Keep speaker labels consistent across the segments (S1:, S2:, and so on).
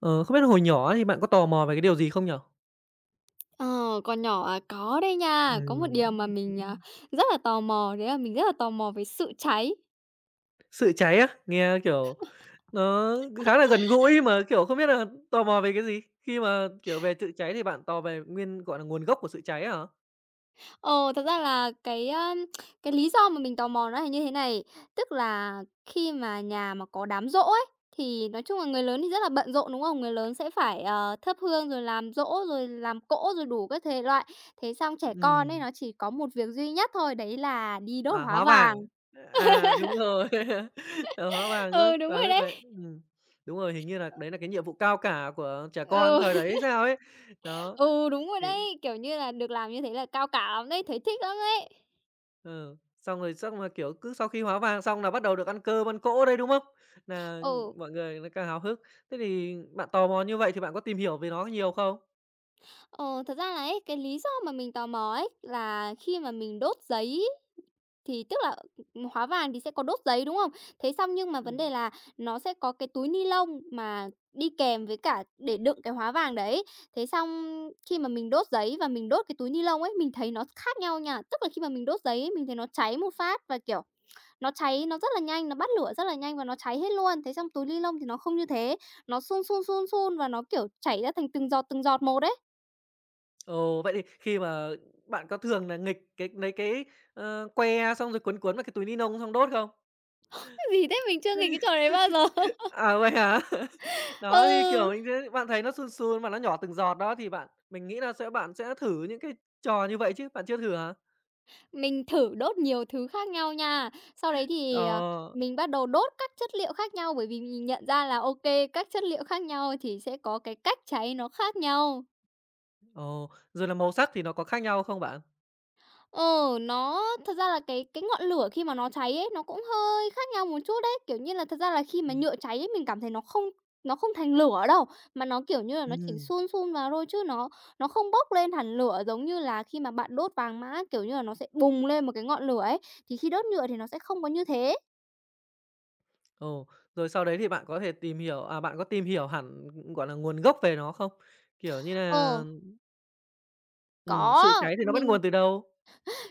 S1: Ờ, Không biết hồi nhỏ thì bạn có tò mò về cái điều gì không nhỉ?
S2: Ờ, Còn nhỏ à? Có đây nha. Có một
S1: Ừm.
S2: điều mà mình rất là tò mò, đấy là mình rất là tò mò về sự cháy.
S1: Sự cháy á? Nghe, kiểu, nó khá là gần gũi mà, kiểu, không biết là tò mò về cái gì? Khi mà, kiểu, về sự cháy thì bạn tò về nguyên, gọi là, nguồn gốc của sự cháy hả?
S2: Ờ, Thật ra là cái lý do mà mình tò mò nó là như thế này, tức là khi mà nhà mà có đám giỗ ấy, thì nói chung là người lớn thì rất là bận rộn, đúng không? Người lớn sẽ phải, thắp hương, rồi làm giỗ, rồi làm cỗ, rồi đủ các thể loại. Thế xong trẻ con ấy,
S1: Ừm.
S2: nó chỉ có một việc duy nhất thôi, đấy là đi đốt
S1: À,
S2: hóa
S1: hóa vàng.
S2: vàng.
S1: À, đúng rồi. Ờ, hóa vàng nữa,
S2: Ừ, đúng
S1: và
S2: rồi
S1: lúc đấy
S2: đấy.
S1: đúng rồi, hình như là đấy là cái nhiệm vụ cao cả của trẻ con
S2: Ừ.
S1: thời đấy hay sao ấy. Đó.
S2: Ừ, đúng rồi đấy, kiểu như là, được làm như thế là cao cả lắm đấy, thấy thích lắm đấy.
S1: Ừ, xong rồi chắc mà, kiểu, cứ sau khi hóa vàng xong là bắt đầu được ăn cơm, ăn cỗ đây đúng không? Là
S2: Ừ,
S1: mọi người nó càng háo hức. Thế thì bạn tò mò như vậy thì bạn có tìm hiểu về nó nhiều không?
S2: ờ, Thật ra là ấy, cái lý do mà mình tò mò ấy là khi mà mình đốt giấy ý, tức là hóa vàng thì sẽ có đốt giấy, đúng không? Thế xong nhưng mà vấn đề
S1: Ừm.
S2: là nó sẽ có cái túi ni lông mà đi kèm với cả để đựng cái hóa vàng đấy. Thế xong khi mà mình đốt giấy và mình đốt cái túi ni lông ấy, mình thấy nó khác nhau nha. Tức là khi mà mình đốt giấy ấy, mình thấy nó cháy một phát và, kiểu. Nó cháy nó rất là nhanh, nó bắt lửa rất là nhanh và nó cháy hết luôn. Thế xong túi ni lông thì nó không như thế, nó sun và nó, kiểu, chảy ra thành từng giọt một ấy.
S1: Ồ, vậy thì khi mà bạn có thường là nghịch cái lấy cái, que xong rồi cuốn cuốn vào cái túi ni lông xong đốt không?
S2: Cái gì thế? Mình chưa nghịch cái trò đấy bao giờ.
S1: À, vậy hả? Đó, thì, kiểu,
S2: Ừ,
S1: mình thế bạn thấy nó sùn sùn mà nó nhỏ từng giọt đó thì bạn mình nghĩ là sẽ bạn sẽ thử những cái trò như vậy chứ, bạn chưa thử hả?
S2: mình thử đốt nhiều thứ khác nhau nha. Sau đấy thì,
S1: Ờ,
S2: mình bắt đầu đốt các chất liệu khác nhau bởi vì mình nhận ra là, ok các chất liệu khác nhau thì sẽ có cái cách cháy nó khác nhau.
S1: ồ, rồi là màu sắc thì nó có khác nhau không bạn?
S2: Ờ, nó thật ra là cái ngọn lửa khi mà nó cháy ấy, nó cũng hơi khác nhau một chút đấy. Kiểu như là, thật ra là khi mà
S1: Ừm.
S2: nhựa cháy ấy, mình cảm thấy nó không thành lửa đâu, mà nó, kiểu như là, nó chỉ
S1: Ừm.
S2: sun sun vào thôi chứ nó không bốc lên thành lửa giống như là khi mà bạn đốt vàng mã, kiểu như là, nó sẽ bùng lên một cái ngọn lửa ấy, thì khi đốt nhựa thì nó sẽ không có như thế.
S1: Ồ, rồi sau đấy thì bạn có thể tìm hiểu à, bạn có tìm hiểu hẳn, gọi là, nguồn gốc về nó không? Kiểu như
S2: Ờ,
S1: là,
S2: có,
S1: sự cháy thì nó bắt
S2: mình
S1: nguồn từ đâu?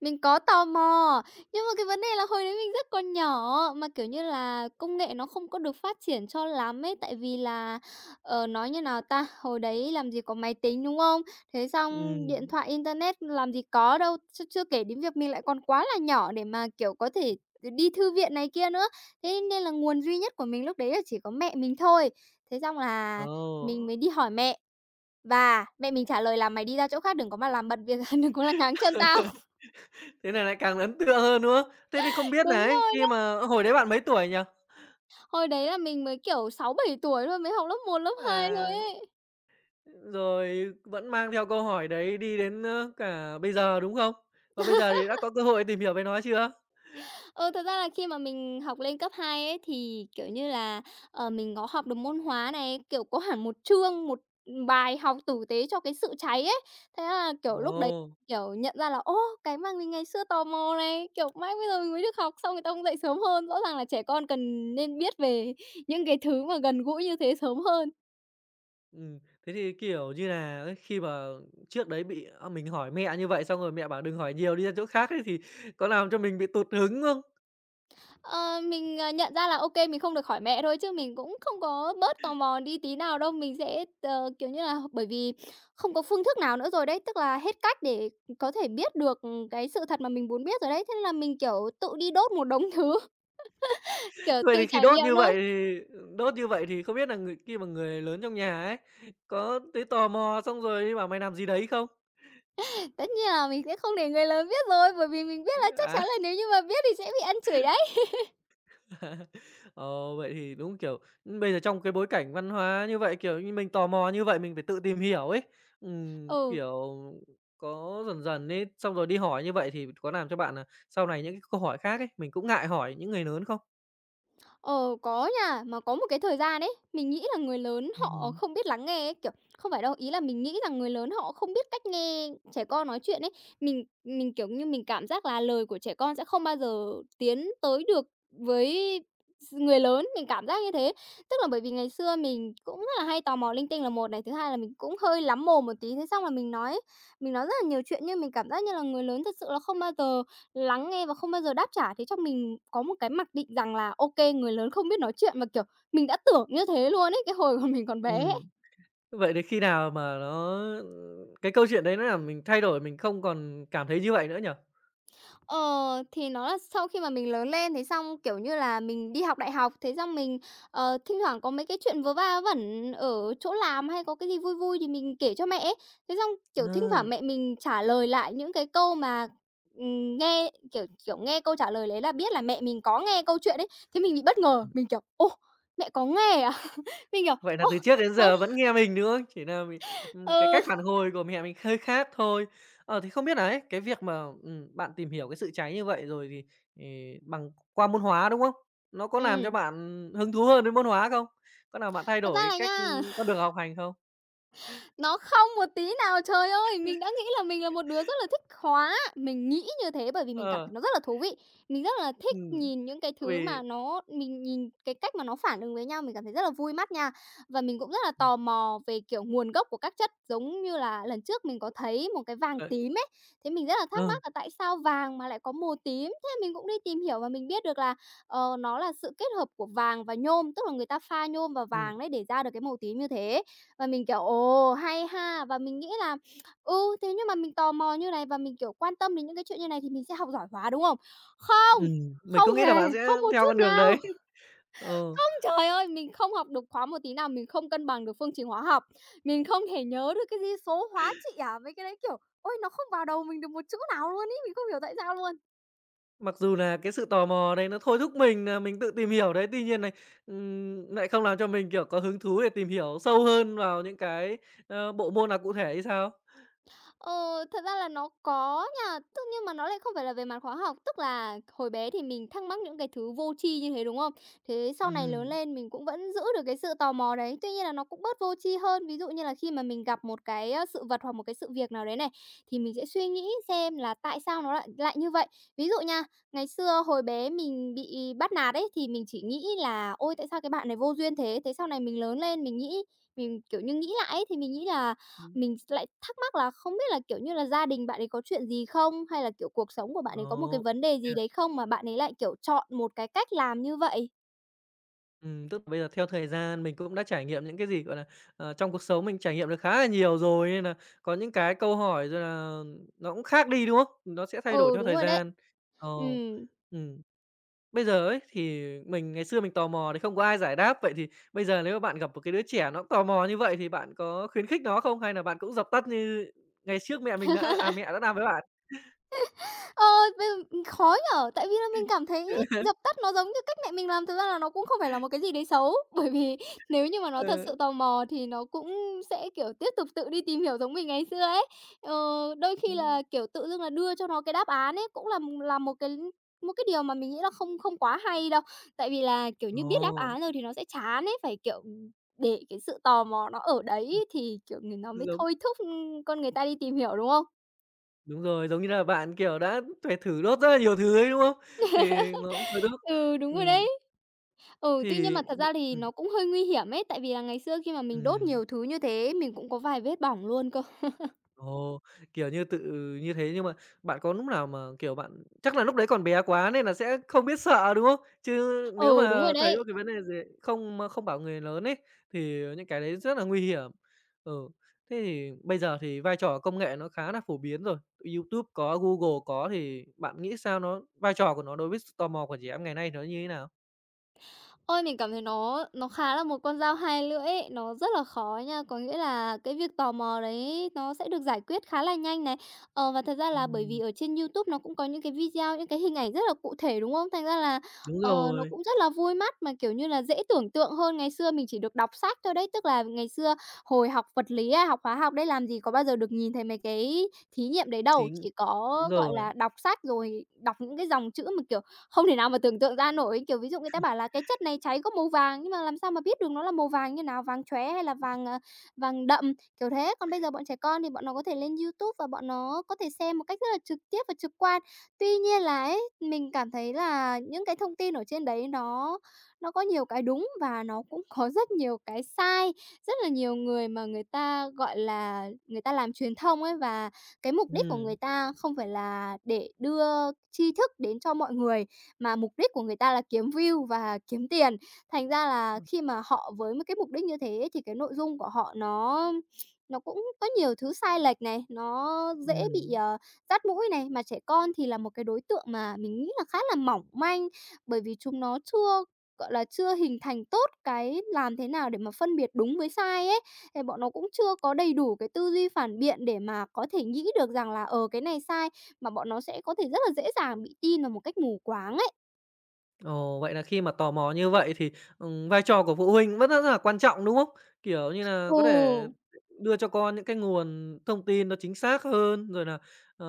S2: Mình có tò mò, nhưng mà cái vấn đề là hồi đấy mình rất còn nhỏ, mà, kiểu như là, công nghệ nó không có được phát triển cho lắm ấy. Tại vì là, nói như nào ta, hồi đấy làm gì có máy tính, đúng không? Thế xong điện
S1: Ừm.
S2: thoại, internet làm gì có đâu, chưa chưa kể đến việc mình lại còn quá là nhỏ để mà, kiểu, có thể đi thư viện này kia nữa. Thế nên là nguồn duy nhất của mình lúc đấy là chỉ có mẹ mình thôi. Thế xong là
S1: Ồ.
S2: mình mới đi hỏi mẹ và mẹ mình trả lời là: "Mày đi ra chỗ khác đừng có mà làm bật việc đừng có làm ngáng chân tao."
S1: Thế này lại càng ấn tượng hơn, đúng không? Thế thì không biết
S2: Đúng
S1: nà ấy, khi
S2: rồi.
S1: mà hồi đấy bạn mấy tuổi nhỉ?
S2: Hồi đấy là mình mới, kiểu, sáu bảy tuổi thôi, mới học lớp một lớp 2 thôi
S1: À,
S2: ấy.
S1: rồi vẫn mang theo câu hỏi đấy đi đến, cả bây giờ, đúng không? Và bây giờ thì đã có cơ hội tìm hiểu về nó chưa?
S2: Ừ, thật ra là khi mà mình học lên cấp 2 ấy, thì, kiểu như là, mình có học được môn hóa này, kiểu, có hẳn một chương, một, bài học tử tế cho cái sự cháy ấy. Thế là, kiểu, lúc đấy,
S1: Ồ.
S2: kiểu, nhận ra là, ô, cái mà mình ngày xưa tò mò này, kiểu, mãi bây giờ mình mới được học, xong người ta cũng dạy sớm hơn. Rõ ràng là trẻ con cần nên biết về những cái thứ mà gần gũi như thế sớm hơn.
S1: Ừm, thế thì, kiểu như là, ấy, khi mà trước đấy bị mình hỏi mẹ như vậy xong rồi mẹ bảo đừng hỏi nhiều, đi ra chỗ khác ấy, thì có làm cho mình bị tụt hứng không?
S2: Nhận ra là ô kê, mình không được hỏi mẹ thôi chứ mình cũng không có bớt tò mò đi tí nào đâu. Mình sẽ, kiểu như là, bởi vì không có phương thức nào nữa rồi đấy, tức là hết cách để có thể biết được, cái sự thật mà mình muốn biết rồi đấy. Thế nên là mình, kiểu, tự đi đốt một đống thứ, kiểu,
S1: Vậy
S2: tự
S1: thì khi
S2: trải
S1: đốt
S2: nghiệm
S1: như vậy
S2: thôi.
S1: thì đốt như vậy thì không biết là người khi mà người lớn trong nhà ấy, có thấy tò mò xong rồi đi bảo "Mày làm gì đấy" không?
S2: Tất nhiên là mình sẽ không để người lớn biết rồi, bởi vì mình biết là chắc chắn
S1: À.
S2: là nếu như mà biết thì sẽ bị ăn chửi đấy.
S1: Ờ, Vậy thì đúng, kiểu, bây giờ trong cái bối cảnh văn hóa như vậy, kiểu như, mình tò mò như vậy mình phải tự tìm hiểu ấy. Ừm,
S2: Ừ.
S1: kiểu, có dần dần ấy, xong rồi đi hỏi như vậy thì có làm cho bạn là sau này những cái câu hỏi khác ấy, mình cũng ngại hỏi những người lớn không?
S2: Ờ, có nha, mà có một cái thời gian ấy, mình nghĩ là người lớn họ
S1: Ừm.
S2: không biết lắng nghe ấy, kiểu, không phải đâu, ý là mình nghĩ rằng người lớn họ không biết cách nghe trẻ con nói chuyện ấy. Kiểu như, mình cảm giác là lời của trẻ con sẽ không bao giờ tiến tới được với người lớn, mình cảm giác như thế. Tức là bởi vì ngày xưa mình cũng rất là hay tò mò linh tinh là một này, thứ hai là mình cũng hơi lắm mồm một tí, thế xong là mình nói rất là nhiều chuyện nhưng mình cảm giác như là người lớn thật sự là không bao giờ lắng nghe và không bao giờ đáp trả, thế trong mình có một cái mặc định rằng là, ok người lớn không biết nói chuyện và, kiểu, mình đã tưởng như thế luôn ấy, cái hồi mình còn bé ấy.
S1: Ừm, vậy đến khi nào mà nó cái câu chuyện đấy nó làm mình thay đổi, mình không còn cảm thấy như vậy nữa nhỉ?
S2: Ờ, thì nó là sau khi mà mình lớn lên, thế xong, kiểu như là, mình đi học đại học, thế xong mình thỉnh thoảng có mấy cái chuyện vớ va vớ vẩn ở chỗ làm hay có cái gì vui vui thì mình kể cho mẹ ấy. Thế xong, kiểu, thỉnh
S1: Ờ.
S2: thoảng mẹ mình trả lời lại những cái câu mà, nghe kiểu kiểu, nghe câu trả lời đấy là biết là mẹ mình có nghe câu chuyện ấy, thế mình bị bất ngờ, mình kiểu: "Ô, mẹ có nghe à?" Mình kiểu:
S1: Vậy là
S2: "Ô,
S1: từ trước đến
S2: ờ,
S1: giờ vẫn nghe mình, đúng không? Chỉ là mình cái cách
S2: ừ."
S1: phản hồi của mẹ mình hơi khác thôi. Thì không biết là ấy, cái việc mà, bạn tìm hiểu cái sự cháy như vậy rồi thì, bằng qua môn hóa, đúng không? Nó có làm cho
S2: Ừm.
S1: bạn hứng thú hơn với môn hóa không? Có làm bạn thay
S2: Thật ra
S1: đổi
S2: là
S1: cách,
S2: nha,
S1: con đường học hành không?
S2: nó không một tí nào, trời ơi! Mình đã nghĩ là mình là một đứa rất là thích hóa, mình nghĩ như thế bởi vì mình cảm
S1: Ờ,
S2: thấy nó rất là thú vị. Mình rất là thích
S1: ừm,
S2: nhìn những cái thứ
S1: vì
S2: mà mình nhìn cái cách mà nó phản ứng với nhau, mình cảm thấy rất là vui mắt nha. Và mình cũng rất là tò mò về, kiểu, nguồn gốc của các chất, giống như là lần trước mình có thấy một cái vàng
S1: ờ,
S2: tím ấy, thế mình rất là thắc
S1: ừ,
S2: mắc là tại sao vàng mà lại có màu tím. Thế mình cũng đi tìm hiểu và mình biết được là, nó là sự kết hợp của vàng và nhôm, tức là người ta pha nhôm và
S1: ừm,
S2: vàng đấy để ra được cái màu tím như thế. Và mình, kiểu, ồ, hay ha! Và mình nghĩ là, ừ, thế nhưng mà mình tò mò như này và mình, kiểu, quan tâm đến những cái chuyện như này thì mình sẽ học giỏi hóa, đúng không? Không!
S1: ừm, mình
S2: Không
S1: cũng nghĩ là
S2: hề,
S1: bạn sẽ
S2: không một
S1: theo
S2: chút
S1: con đường
S2: nào.
S1: đấy. Ừ.
S2: Không, trời ơi, mình không học được khóa một tí nào, mình không cân bằng được phương trình hóa học, mình không thể nhớ được cái gì số hóa trị à, mấy cái đấy, kiểu, ôi, nó không vào đầu mình được một chữ nào luôn ý mình không hiểu tại sao luôn.
S1: Mặc dù là cái sự tò mò đấy nó thôi thúc mình là mình tự tìm hiểu đấy, tuy nhiên này nại không làm cho mình, kiểu, có hứng thú để tìm hiểu sâu hơn vào những cái, bộ môn nào cụ thể hay sao?
S2: Ờ, thật ra là nó có nha, tức nhưng mà nó lại không phải là về mặt khóa học. Tức là hồi bé thì mình thắc mắc những cái thứ vô tri như thế, đúng không? Thế sau này lớn
S1: Ừm,
S2: lên mình cũng vẫn giữ được cái sự tò mò đấy, tuy nhiên là nó cũng bớt vô tri hơn. Ví dụ như là khi mà mình gặp một cái sự vật hoặc một cái sự việc nào đấy này, thì mình sẽ suy nghĩ xem là tại sao nó lại lại như vậy. Ví dụ nha, ngày xưa hồi bé mình bị bắt nạt ấy, thì mình chỉ nghĩ là: "Ôi, tại sao cái bạn này vô duyên thế?" Thế sau này mình lớn lên kiểu như, nghĩ lại ấy, thì mình nghĩ là mình lại thắc mắc là không biết là, kiểu như là, gia đình bạn ấy có chuyện gì không? Hay là, kiểu, cuộc sống của bạn ấy có một cái
S1: ồ,
S2: vấn đề
S1: vậy
S2: gì đấy
S1: à,
S2: không mà bạn ấy lại, kiểu, chọn một cái cách làm như vậy?
S1: tức là bây giờ theo thời gian mình cũng đã trải nghiệm những cái gì, gọi là, trong cuộc sống mình trải nghiệm được khá là nhiều rồi, nên là có những cái câu hỏi rồi là nó cũng khác đi, đúng không? Nó sẽ thay đổi
S2: Ừ,
S1: theo
S2: đúng
S1: thời
S2: rồi đấy.
S1: gian. Ờ,
S2: Ừ.
S1: ừm. Bây giờ ấy, thì mình ngày xưa mình tò mò thì không có ai giải đáp, vậy thì bây giờ nếu mà bạn gặp một cái đứa trẻ nó cũng tò mò như vậy thì bạn có khuyến khích nó không? Hay là bạn cũng dập tắt như ngày trước mẹ mình đã mẹ đã làm với bạn?
S2: Ờ, Bây giờ khó nhỉ, tại vì là mình cảm thấy dập tắt nó giống như cách mẹ mình làm, thực ra là nó cũng không phải là một cái gì đấy xấu, bởi vì nếu như mà nó thật sự
S1: Ừ.
S2: tò mò thì nó cũng sẽ, kiểu, tiếp tục tự đi tìm hiểu giống mình ngày xưa ấy. Ờ, Đôi khi
S1: Ừm.
S2: là, kiểu, tự dưng là đưa cho nó cái đáp án ấy, cũng là một cái điều mà mình nghĩ là không không quá hay đâu, tại vì là, kiểu như, biết đáp
S1: Ồ,
S2: án rồi thì nó sẽ chán ấy, phải, kiểu, để cái sự tò mò nó ở đấy thì, kiểu, người nó mới
S1: giống
S2: thôi thúc, con người ta đi tìm hiểu, đúng không?
S1: đúng rồi, giống như là bạn, kiểu, đã phải thử đốt rất là nhiều thứ ấy, đúng không? Thì nó cũng thôi đốt.
S2: Ừ, đúng rồi
S1: Ừm,
S2: đấy. Ừ, tuy nhiên mà
S1: thì
S2: thật ra thì
S1: ừm,
S2: nó cũng hơi nguy hiểm ấy, tại vì là ngày xưa khi mà mình đốt
S1: ừm.
S2: nhiều thứ như thế, mình cũng có vài vết bỏng luôn cơ.
S1: Ồ, kiểu như, tự như thế nhưng mà bạn có lúc nào mà, kiểu, bạn chắc là lúc đấy còn bé quá nên là sẽ không biết sợ, đúng không? Chứ nếu
S2: Ừ, đúng rồi
S1: mà thấy một
S2: đấy.
S1: cái vấn đề gì không mà không bảo người lớn ấy, thì những cái đấy rất là nguy hiểm. Ừ, thế thì bây giờ thì vai trò công nghệ nó khá là phổ biến rồi, YouTube có, Google có thì bạn nghĩ sao nó vai trò của nó đối với sự tò mò của trẻ em ngày nay nó như thế nào?
S2: Ôi, mình cảm thấy nó khá là một con dao hai lưỡi ấy, nó rất là khó nha. Có nghĩa là cái việc tò mò đấy nó sẽ được giải quyết khá là nhanh này. Ờ, và thật ra là bởi vì
S1: Ừm,
S2: ở trên YouTube nó cũng có những cái video, những cái hình ảnh rất là cụ thể, đúng không? Thành ra là,
S1: đúng
S2: nó
S1: rồi,
S2: cũng rất là vui mắt mà, kiểu như là, dễ tưởng tượng hơn ngày xưa mình chỉ được đọc sách thôi đấy. Tức là ngày xưa hồi học vật lý hay học hóa học đấy, làm gì có bao giờ được nhìn thấy mấy cái thí nghiệm đấy đâu,
S1: chính
S2: chỉ
S1: đúng
S2: có, gọi
S1: rồi,
S2: là, đọc sách rồi đọc những cái dòng chữ mà, kiểu, không thể nào mà tưởng tượng ra nổi, kiểu, ví dụ người ta bảo là "Cái chất này cháy có màu vàng", nhưng mà làm sao mà biết được nó là màu vàng như nào, vàng chóe hay là vàng, vàng đậm, kiểu thế. Còn bây giờ bọn trẻ con thì bọn nó có thể lên YouTube và bọn nó có thể xem một cách rất là trực tiếp và trực quan. Tuy nhiên là ấy, mình cảm thấy là những cái thông tin ở trên đấy nó có nhiều cái đúng và nó cũng có rất nhiều cái sai. Rất là nhiều người mà người ta, gọi là, người ta làm truyền thông ấy, và cái mục đích của người
S1: ừm,
S2: ta không phải là để đưa tri thức đến cho mọi người mà mục đích của người ta là kiếm view và kiếm tiền. Thành ra là khi mà họ với một cái mục đích như thế ấy, thì cái nội dung của họ nó cũng có nhiều thứ sai lệch này, nó dễ bị,
S1: ừm.
S2: dắt mũi này, mà trẻ con thì là một cái đối tượng mà mình nghĩ là khá là mỏng manh, bởi vì chúng nó chưa, gọi là, chưa hình thành tốt cái làm thế nào để mà phân biệt đúng với sai ấy. Thì bọn nó cũng chưa có đầy đủ cái tư duy phản biện để mà có thể nghĩ được rằng là, ờ, cái này sai, mà bọn nó sẽ có thể rất là dễ dàng bị tin vào một cách mù quáng ấy.
S1: Ồ, vậy là khi mà tò mò như vậy thì, vai trò của phụ huynh vẫn rất là quan trọng, đúng không? Kiểu như là có thể
S2: Ừ.
S1: đưa cho con những cái nguồn thông tin nó chính xác hơn, rồi là ờ,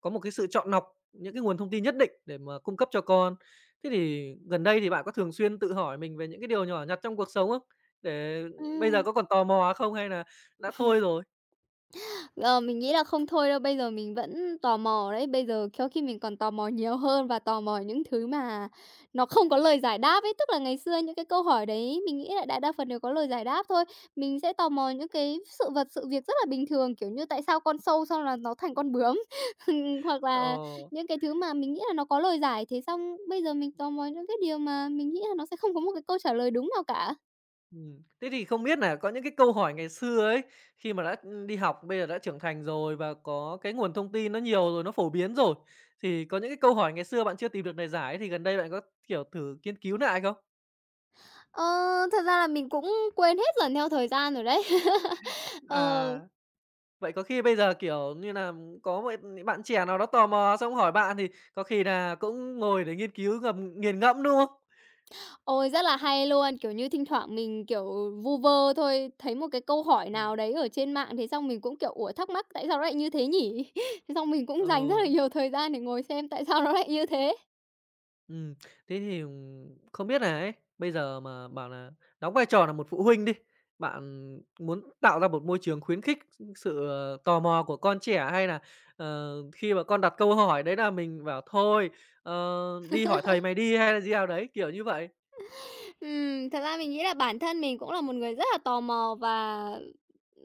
S1: có một cái sự chọn lọc những cái nguồn thông tin nhất định để mà cung cấp cho con. Thế thì gần đây thì bạn có thường xuyên tự hỏi mình về những cái điều nhỏ nhặt trong cuộc sống không? Để bây giờ
S2: ừm,
S1: có còn tò mò không hay là đã thôi rồi?
S2: ờ, mình nghĩ là không thôi đâu, bây giờ mình vẫn tò mò đấy. Bây giờ khéo khi mình còn tò mò nhiều hơn và tò mò những thứ mà nó không có lời giải đáp ấy. Tức là ngày xưa những cái câu hỏi đấy mình nghĩ là đại đa phần đều có lời giải đáp thôi. Mình sẽ tò mò những cái sự vật, sự việc rất là bình thường, kiểu như tại sao con sâu xong là nó thành con bướm, hoặc là
S1: Ờ.
S2: những cái thứ mà mình nghĩ là nó có lời giải. Thế xong bây giờ mình tò mò những cái điều mà mình nghĩ là nó sẽ không có một cái câu trả lời đúng nào cả.
S1: Thế thì không biết là có những cái câu hỏi ngày xưa ấy, khi mà đã, ừ, đi học, bây giờ đã trưởng thành rồi và có cái nguồn thông tin nó nhiều rồi, nó phổ biến rồi, thì có những cái câu hỏi ngày xưa bạn chưa tìm được lời giải ấy, thì gần đây bạn có, kiểu, thử nghiên cứu lại không?
S2: Ờ, thật ra là mình cũng quên hết dần theo thời gian rồi đấy. Ờ,
S1: À, vậy có khi bây giờ, kiểu như là có một những bạn trẻ nào đó tò mò xong hỏi bạn thì có khi là cũng ngồi để nghiên cứu ngầm nghiền ngẫm, đúng không?
S2: ôi, rất là hay luôn, kiểu như, thỉnh thoảng mình, kiểu, vu vơ thôi, thấy một cái câu hỏi
S1: Ừm,
S2: nào đấy ở trên mạng, thế xong mình cũng, kiểu, "Ủa, thắc mắc tại sao nó lại như thế nhỉ?" Thế xong mình cũng
S1: ờ.
S2: dành rất là nhiều thời gian để ngồi xem tại sao nó lại như thế.
S1: Thế thì, không biết là ấy, bây giờ mà bảo là đóng vai trò là một phụ huynh đi, bạn muốn tạo ra một môi trường khuyến khích sự, tò mò của con trẻ hay là, khi mà con đặt câu hỏi đấy là mình bảo "Thôi, ờ, đi hỏi thầy mày đi" hay là gì nào đấy, kiểu như vậy?
S2: Thật ra mình nghĩ là bản thân mình cũng là một người rất là tò mò và,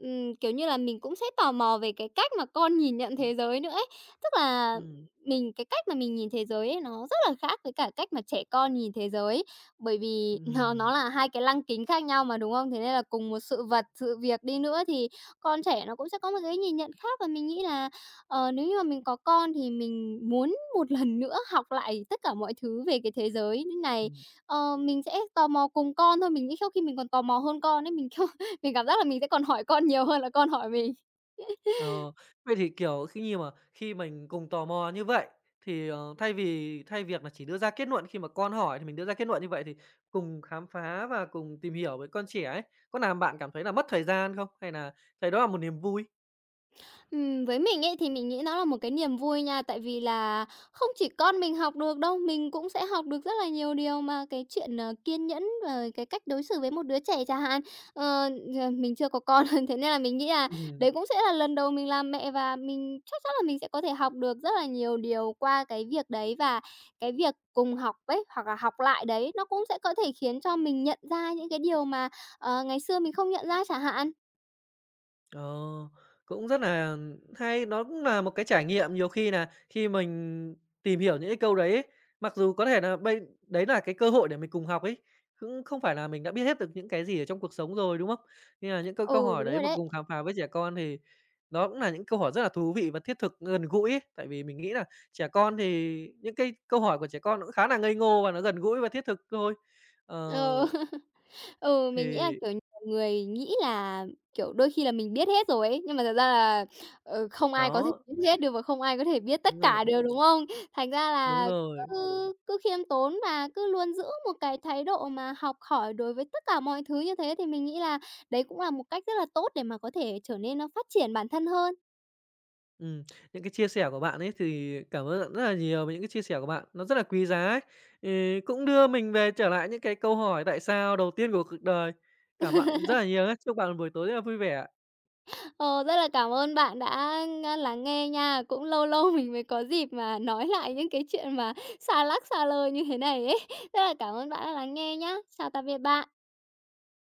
S2: kiểu như là, mình cũng sẽ tò mò về cái cách mà con nhìn nhận thế giới nữa ấy. Tức là cái cách mà mình nhìn thế giới ấy nó rất là khác với cả cách mà trẻ con nhìn thế giới ấy, bởi vì
S1: Ừm,
S2: nó
S1: ừm,
S2: là hai cái lăng kính khác nhau mà, đúng không? Thế nên là cùng một sự vật, sự việc đi nữa thì con trẻ nó cũng sẽ có một cái nhìn nhận khác và mình nghĩ là ờ, nếu như mà mình có con thì mình muốn một lần nữa học lại tất cả mọi thứ về cái thế giới như này.
S1: ừm.
S2: Ờ, mình sẽ tò mò cùng con thôi, mình nghĩ sau khi mình còn tò mò hơn con ấy, mình, kiểu, mình cảm giác là mình sẽ còn hỏi con nhiều hơn là con hỏi mình.
S1: Ờ, Vậy thì, kiểu, khi như mà khi mình cùng tò mò như vậy, thì, thay vì thay việc là chỉ đưa ra kết luận khi mà con hỏi thì mình đưa ra kết luận như vậy thì cùng khám phá và cùng tìm hiểu với con trẻ ấy, có làm bạn cảm thấy là mất thời gian không? Hay là thấy đó là một niềm vui?
S2: Với mình ấy thì mình nghĩ nó là một cái niềm vui nha, tại vì là không chỉ con mình học được đâu, mình cũng sẽ học được rất là nhiều điều mà cái chuyện, ờ, kiên nhẫn và cái cách đối xử với một đứa trẻ chẳng hạn. Ờ, ờ, mình chưa có con, thế nên là mình nghĩ là
S1: Ừm.
S2: đấy cũng sẽ là lần đầu mình làm mẹ và mình chắc chắn là mình sẽ có thể học được rất là nhiều điều qua cái việc đấy. Và cái việc cùng học ấy, hoặc là học lại đấy, nó cũng sẽ có thể khiến cho mình nhận ra những cái điều mà, ờ, ngày xưa mình không nhận ra chẳng hạn.
S1: Ờ, cũng rất là hay, nó cũng là một cái trải nghiệm nhiều khi là khi mình tìm hiểu những cái câu đấy ấy, mặc dù có thể là bây đấy là cái cơ hội để mình cùng học ấy, cũng không phải là mình đã biết hết được những cái gì ở trong cuộc sống rồi, đúng không? Nên là những câu câu
S2: Ừ,
S1: hỏi
S2: đúng
S1: đấy
S2: rồi
S1: mà
S2: đấy.
S1: cùng khám phá với trẻ con thì đó cũng là những câu hỏi rất là thú vị và thiết thực, gần gũi ấy. Tại vì mình nghĩ là trẻ con thì những cái câu hỏi của trẻ con nó cũng khá là ngây ngô và nó gần gũi và thiết thực thôi. Ờ,
S2: Ờ. Ừ, mình nghĩ là,
S1: thì
S2: kiểu, nhiều người nghĩ là, kiểu, đôi khi là mình biết hết rồi ấy, nhưng mà thật ra là, ờ, không ai có thể
S1: đó,
S2: biết hết được và không ai có thể biết
S1: đúng
S2: tất
S1: rồi,
S2: cả được, đúng không? Thành ra
S1: đúng
S2: là
S1: rồi.
S2: cứ cứ khiêm tốn và cứ luôn giữ một cái thái độ mà học hỏi đối với tất cả mọi thứ như thế thì mình nghĩ là đấy cũng là một cách rất là tốt để mà có thể trở nên, ơ, phát triển bản thân hơn.
S1: Ừm, những cái chia sẻ của bạn ấy thì cảm ơn bạn rất là nhiều về những cái chia sẻ của bạn, nó rất là quý giá ấy. Thì cũng đưa mình về trở lại những cái câu hỏi tại sao đầu tiên của cuộc đời. Cảm ơn bạn rất là nhiều nhá. Chúc bạn một buổi tối rất là vui vẻ.
S2: Ờ, rất là cảm ơn bạn đã, lắng nghe nha. Cũng lâu lâu mình mới có dịp mà nói lại những cái chuyện mà xa lắc xa lơ như thế này ấy. Rất là cảm ơn bạn đã lắng nghe nhá. Chào tạm biệt bạn.